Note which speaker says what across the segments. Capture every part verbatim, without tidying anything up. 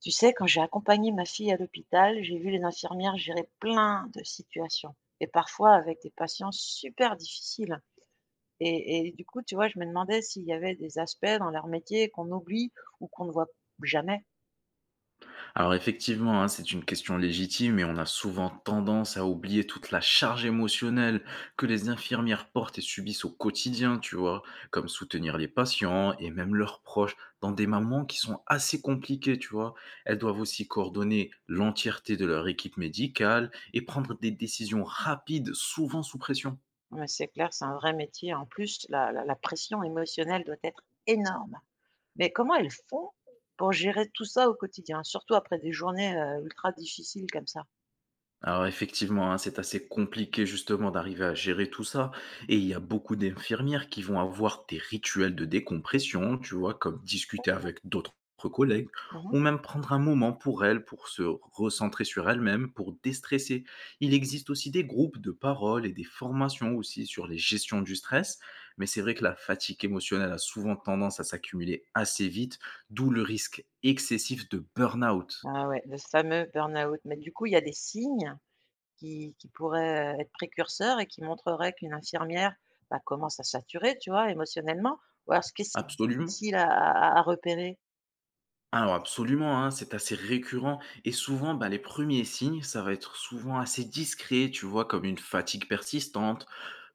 Speaker 1: Tu sais, quand j'ai accompagné ma fille à l'hôpital, j'ai vu les infirmières gérer plein de situations et parfois avec des patients super difficiles. Et, et du coup, tu vois, je me demandais s'il y avait des aspects dans leur métier qu'on oublie ou qu'on ne voit jamais.
Speaker 2: Alors effectivement, hein, c'est une question légitime et on a souvent tendance à oublier toute la charge émotionnelle que les infirmières portent et subissent au quotidien, tu vois, comme soutenir les patients et même leurs proches dans des moments qui sont assez compliqués, tu vois. Elles doivent aussi coordonner l'entièreté de leur équipe médicale et prendre des décisions rapides, souvent sous pression.
Speaker 1: Mais c'est clair, c'est un vrai métier. En plus, la, la- la pression émotionnelle doit être énorme. Mais comment elles font pour gérer tout ça au quotidien, surtout après des journées euh, ultra difficiles comme ça?
Speaker 2: Alors effectivement, hein, c'est assez compliqué justement d'arriver à gérer tout ça. Et il y a beaucoup d'infirmières qui vont avoir des rituels de décompression, tu vois, comme discuter avec d'autres collègues,
Speaker 1: Mhm.
Speaker 2: ou même prendre un moment pour elles, pour se recentrer sur elles-mêmes, pour déstresser. Il existe aussi des groupes de parole et des formations aussi sur les gestions du stress, mais c'est vrai que la fatigue émotionnelle a souvent tendance à s'accumuler assez vite, d'où le risque excessif de burn-out.
Speaker 1: Ah ouais, le fameux burn-out. Mais du coup, il y a des signes qui qui pourrait, euh, être précurseur et qui montrerait qu'une infirmière, bah, commence à saturer, tu vois, émotionnellement? Ou alors est-ce que c'est
Speaker 2: Absolument.
Speaker 1: difficile à à à repérer?
Speaker 2: Alors absolument, hein, c'est assez récurrent et souvent, bah, les premiers signes, ça va être souvent assez discret, tu vois, comme une fatigue persistante,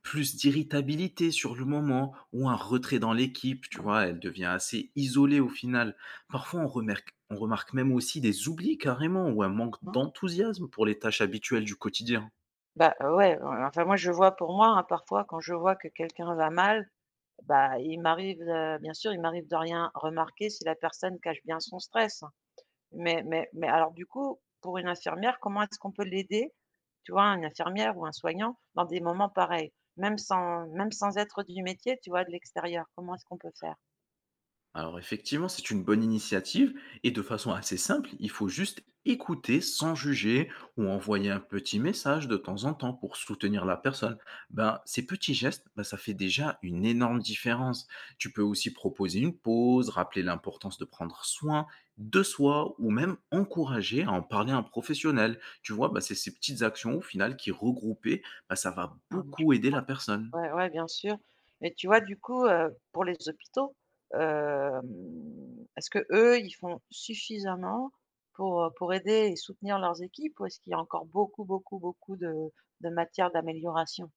Speaker 2: plus d'irritabilité sur le moment ou un retrait dans l'équipe, tu
Speaker 1: Ouais.
Speaker 2: vois, elle devient assez isolée au final. Parfois, on remarque, on remarque même aussi des oublis carrément ou un manque
Speaker 1: Non?
Speaker 2: d'enthousiasme pour les tâches habituelles du quotidien.
Speaker 1: Bah, euh, ouais, ouais, enfin moi je vois pour moi, hein, parfois quand je vois que quelqu'un va mal, bah, il m'arrive, heu, bien sûr, il m'arrive de rien remarquer si la personne cache bien son stress. Mais mais mais alors du coup, pour une infirmière, comment est-ce qu'on peut l'aider, tu vois, une infirmière ou un soignant dans des moments pareils? Même sans même sans être du métier, tu vois, de l'extérieur, comment est-ce qu'on peut faire?
Speaker 2: Alors effectivement, c'est une bonne initiative et de façon assez simple, il faut juste écouter sans juger ou envoyer un petit message de temps en temps pour soutenir la personne. Ben, ces petits gestes, ben, ça fait déjà une énorme différence. Tu peux aussi proposer une pause, rappeler l'importance de prendre soin de soi ou même encourager à en parler à un professionnel. Tu vois, ben, c'est ces petites actions au final qui regroupées, ben, ça va
Speaker 1: Mmh. Je
Speaker 2: beaucoup aider la personne.
Speaker 1: Ouais, ouais, bien sûr. Mais tu vois, du coup, heu, pour les hôpitaux, hem, est-ce que eux ils font suffisamment pour, pour aider et soutenir leurs équipes, ou est-ce qu'il y a encore beaucoup, beaucoup, beaucoup de de matière d'amélioration?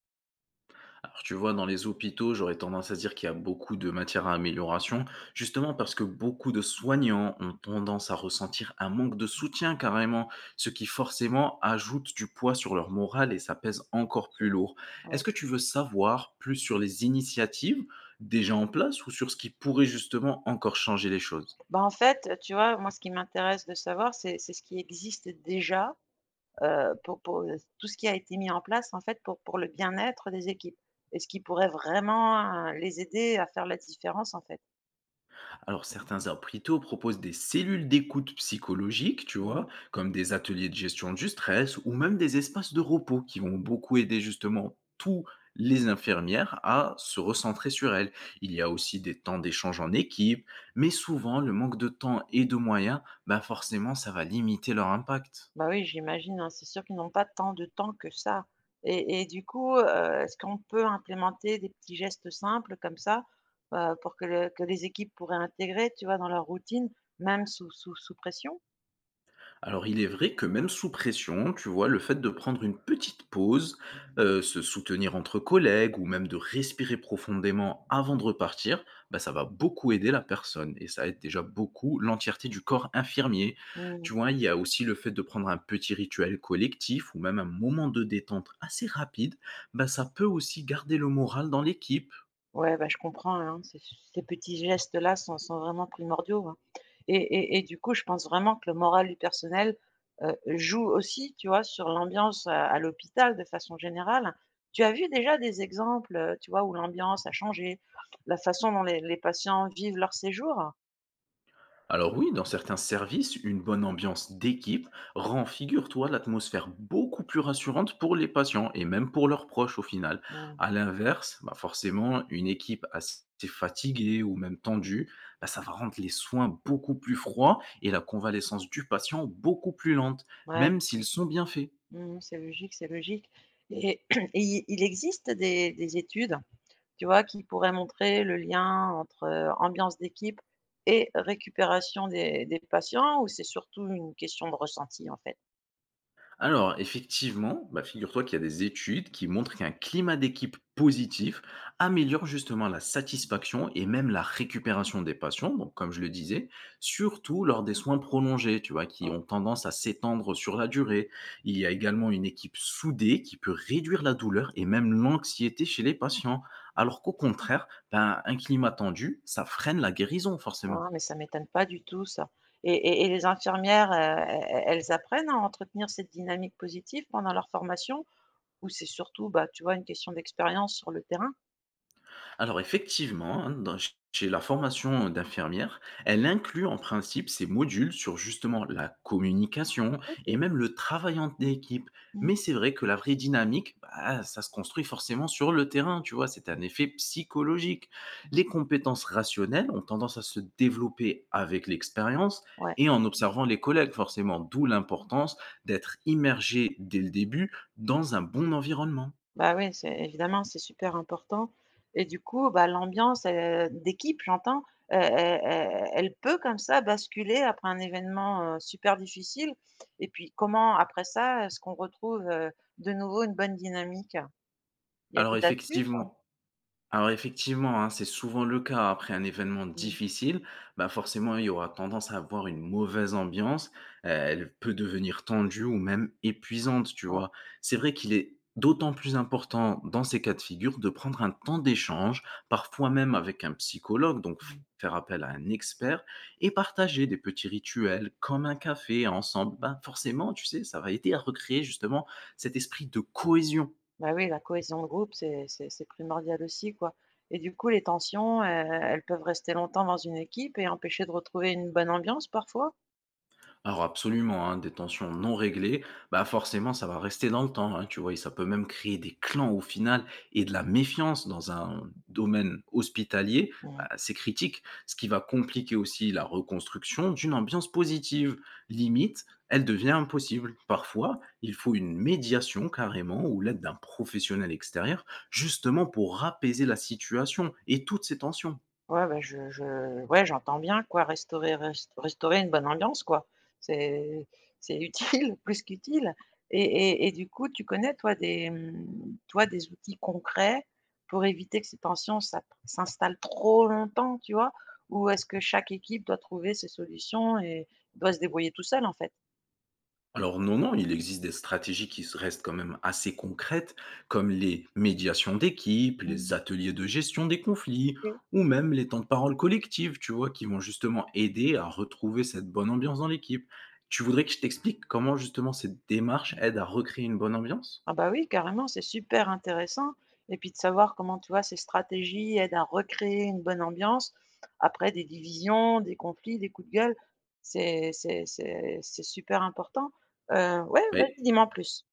Speaker 2: Alors, tu vois, dans les hôpitaux, j'aurais tendance à dire qu'il y a beaucoup de matière à amélioration, justement parce que beaucoup de soignants ont tendance à ressentir un manque de soutien carrément, ce qui forcément ajoute du poids sur leur morale et ça pèse encore plus lourd. Est-ce
Speaker 1: Ouais.
Speaker 2: que tu veux savoir plus sur les initiatives déjà en place ou sur ce qui pourrait justement encore changer les choses?
Speaker 1: Bah, en fait, tu vois, moi, ce qui m'intéresse de savoir, c'est c'est ce qui existe déjà, heu, pour pour, heu, tout ce qui a été mis en place, en fait, pour pour le bien-être des équipes et ce qui pourrait vraiment, heu, les aider à faire la différence, en fait.
Speaker 2: Alors, certains hôpitaux proposent des cellules d'écoute psychologique, tu
Speaker 1: Mmh.
Speaker 2: vois, comme des ateliers de gestion du stress ou même des espaces de repos qui vont beaucoup aider justement tous les infirmières à se recentrer sur elles. Il y a aussi des temps d'échange en équipe, mais souvent, le manque de temps et de moyens, bah forcément, ça va limiter leur impact.
Speaker 1: Bah oui, j'imagine, hein, c'est sûr qu'ils n'ont pas tant de temps que ça et et du coup, heu, est-ce qu'on peut implémenter des petits gestes simples comme ça, heu, pour que le que les équipes pourraient intégrer, tu vois, dans leur routine, même sous sous sous pression?
Speaker 2: Alors il est vrai que même sous pression, tu vois, le fait de prendre une petite pause,
Speaker 1: Mmh.
Speaker 2: heu, se soutenir entre collègues ou même de respirer profondément avant de repartir, bah, ça va beaucoup aider la personne et ça aide déjà beaucoup l'entièreté du corps infirmier.
Speaker 1: Mmh.
Speaker 2: Tu vois, il y a aussi le fait de prendre un petit rituel collectif ou même un moment de détente assez rapide, bah, ça peut aussi garder le moral dans l'équipe.
Speaker 1: Ouais, bah, je comprends, hein, ces ces petits gestes-là sont sont vraiment primordiaux, hein, et et et du coup, je pense vraiment que le moral du personnel, heu, joue aussi, tu vois, sur l'ambiance, heu, à l'hôpital de façon générale. Tu as vu déjà des exemples, heu, tu vois, où l'ambiance a changé, la façon dont les les patients vivent leur séjour?
Speaker 2: Alors oui, dans certains services, une bonne ambiance d'équipe rend, figure-toi, l'atmosphère beaucoup plus rassurante pour les patients et même pour leurs proches au final.
Speaker 1: Mmh.
Speaker 2: À l'inverse, bah forcément, une équipe assez fatiguée ou même tendue, bah ça va rendre les soins beaucoup plus froids et la convalescence du patient beaucoup plus lente,
Speaker 1: Ouais,
Speaker 2: même s'ils sont bien faits.
Speaker 1: mmh, c'est logique, c'est logique, et et il il existe des des études. Tu vois? Qui pourrait montrer le lien entre, heu, ambiance d'équipe et récupération des des patients, ou c'est surtout une question de ressenti, en fait?
Speaker 2: Alors, effectivement, bah, figure-toi qu'il y a des études qui montrent qu'un climat d'équipe positif améliore justement la satisfaction et même la récupération des patients, donc comme je le disais, surtout lors des soins prolongés, tu vois, qui
Speaker 1: Ouais.
Speaker 2: ont tendance à s'étendre sur la durée. Il y a également une équipe soudée qui peut réduire la douleur et même l'anxiété chez les patients, alors qu'au contraire, ben, un climat tendu, ça freine la guérison forcément.
Speaker 1: Ah, mais ça m'étonne pas du tout ça, et et et les infirmières, heu, e e elles apprennent à entretenir cette dynamique positive pendant leur formation, ou c'est surtout, bah, tu vois, une question d'expérience sur le terrain?
Speaker 2: Alors effectivement, hein, dans- chez la formation d'infirmière, elle inclut en principe ces modules sur justement la communication et
Speaker 1: OK.
Speaker 2: même le travail en équipe.
Speaker 1: Mmh.
Speaker 2: Mais c'est vrai que la vraie dynamique, bah, ça se construit forcément sur le terrain, tu vois, c'est un effet psychologique. Les compétences rationnelles ont tendance à se développer avec l'expérience
Speaker 1: Ouais.
Speaker 2: et en observant les collègues, forcément, d'où l'importance d'être immergé dès le début dans un bon environnement.
Speaker 1: Bah oui, c'est évidemment, c'est super important, et du coup, bah, l'ambiance, heu, d'équipe, j'entends, heu, elle elle elle peut comme ça basculer après un événement, heu, super difficile, et puis comment après ça, est-ce qu'on retrouve, heu, de nouveau une bonne dynamique? Il y a
Speaker 2: Alors
Speaker 1: des astuces, hein?
Speaker 2: effectivement, Alors effectivement, hein, c'est souvent le cas après un événement
Speaker 1: Mmh,
Speaker 2: difficile. Bah forcément, il y aura tendance à avoir une mauvaise ambiance. euh, Elle peut devenir tendue ou même épuisante, tu
Speaker 1: ouais,
Speaker 2: vois. C'est vrai qu'il est d'autant plus important dans ces cas de figure de prendre un temps d'échange, parfois même avec un psychologue, donc f-
Speaker 1: mmh.
Speaker 2: faire appel à un expert et partager des petits rituels comme un café ensemble. Bah forcément, tu sais, ça va aider à recréer justement cet esprit de cohésion.
Speaker 1: Bah oui, la cohésion de groupe, c'est c'est c'est primordial aussi, quoi, et du coup, les tensions, heu, elles peuvent rester longtemps dans une équipe et empêcher de retrouver une bonne ambiance parfois?
Speaker 2: Alors absolument, hein, des tensions non réglées, bah forcément ça va rester dans le temps, hein, tu vois, et ça peut même créer des clans au final et de la méfiance dans un domaine hospitalier,
Speaker 1: Mmh.
Speaker 2: bah, c'est critique, ce qui va compliquer aussi la reconstruction d'une ambiance positive. Limite, elle devient impossible. Parfois, il faut une médiation carrément ou l'aide d'un professionnel extérieur, justement pour apaiser la situation et toutes ces tensions.
Speaker 1: Ouais, bah, je je ouais, j'entends bien quoi, restaurer rest restaurer une bonne ambiance quoi. C'est c'est utile, plus qu'utile, et et et du coup, tu connais toi des, mmh, toi des outils concrets pour éviter que ces tensions s'ap s'installent trop longtemps, tu vois? Ou est-ce que chaque équipe doit trouver ses solutions et doit se débrouiller tout seul en fait?
Speaker 2: Alors non, non, il existe des stratégies qui s- restent quand même assez concrètes, comme les médiations d'équipe, les
Speaker 1: Mmh.
Speaker 2: ateliers de gestion des conflits, ou même les temps de parole collective, tu vois, qui vont justement aider à retrouver cette bonne ambiance dans l'équipe. Tu voudrais que je t'explique comment justement cette démarche aide à recréer une bonne ambiance?
Speaker 1: Ah bah oui, carrément, c'est super intéressant. Et puis de savoir comment, tu vois, ces stratégies aident à recréer une bonne ambiance après des divisions, des conflits, des coups de gueule. C'est c'est c'est c'est super important. Heu, ouais,
Speaker 2: Bah,
Speaker 1: vas-y, dis-moi en plus.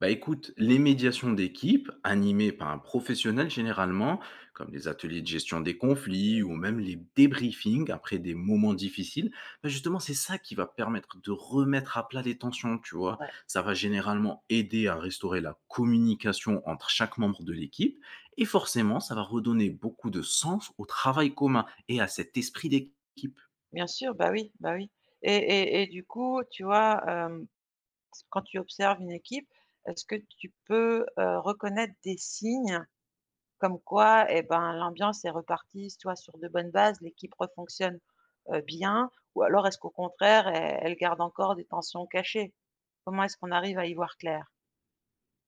Speaker 2: Bah écoute, les médiations d'équipe, animées par un professionnel généralement, comme les ateliers de gestion des conflits ou même les débriefings après des moments difficiles, bah justement c'est ça qui va permettre de remettre à plat les tensions, tu vois.
Speaker 1: Ouais,
Speaker 2: Ça va généralement aider à restaurer la communication entre chaque membre de l'équipe et forcément ça va redonner beaucoup de sens au travail commun et à cet esprit d'équipe.
Speaker 1: bien sûr, bah oui, bah oui. Et et et du coup, tu vois, hem, quand tu observes une équipe, est-ce que tu peux, heu, reconnaître des signes comme quoi, eh ben, l'ambiance est repartie soit sur de bonnes bases, l'équipe refonctionne, heu, bien, ou alors est-ce qu'au contraire, elle elle garde encore des tensions cachées? Comment est-ce qu'on arrive à y voir clair?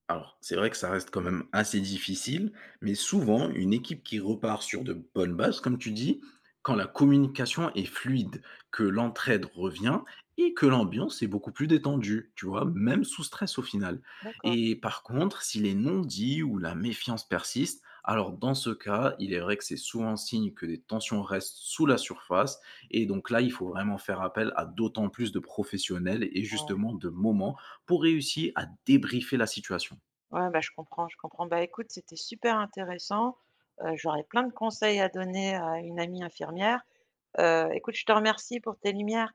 Speaker 2: Alors, c'est vrai que ça reste quand même assez difficile, mais souvent, une équipe qui repart sur de bonnes bases, comme tu dis, quand la communication est fluide, que l'entraide revient et que l'ambiance est beaucoup plus détendue, tu vois, même sous stress au final.
Speaker 1: D'accord,
Speaker 2: Et par contre, si les non-dits ou la méfiance persistent, alors dans ce cas, il est vrai que c'est souvent signe que des tensions restent sous la surface. Et donc là, il faut vraiment faire appel à d'autant plus de professionnels et
Speaker 1: ouais.
Speaker 2: justement de moments pour réussir à débriefer la situation.
Speaker 1: Ouais, bah, je comprends, je comprends. Bah, écoute, c'était super intéressant, heu, j'aurais plein de conseils à donner à une amie infirmière. Heu, écoute, je te remercie pour tes lumières.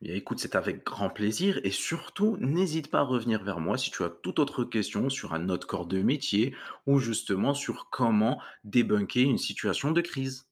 Speaker 2: Bien, écoute, c'est avec grand plaisir et surtout, n'hésite pas à revenir vers moi si tu as toute autre question sur un autre corps de métier ou justement sur comment débunker une situation de crise.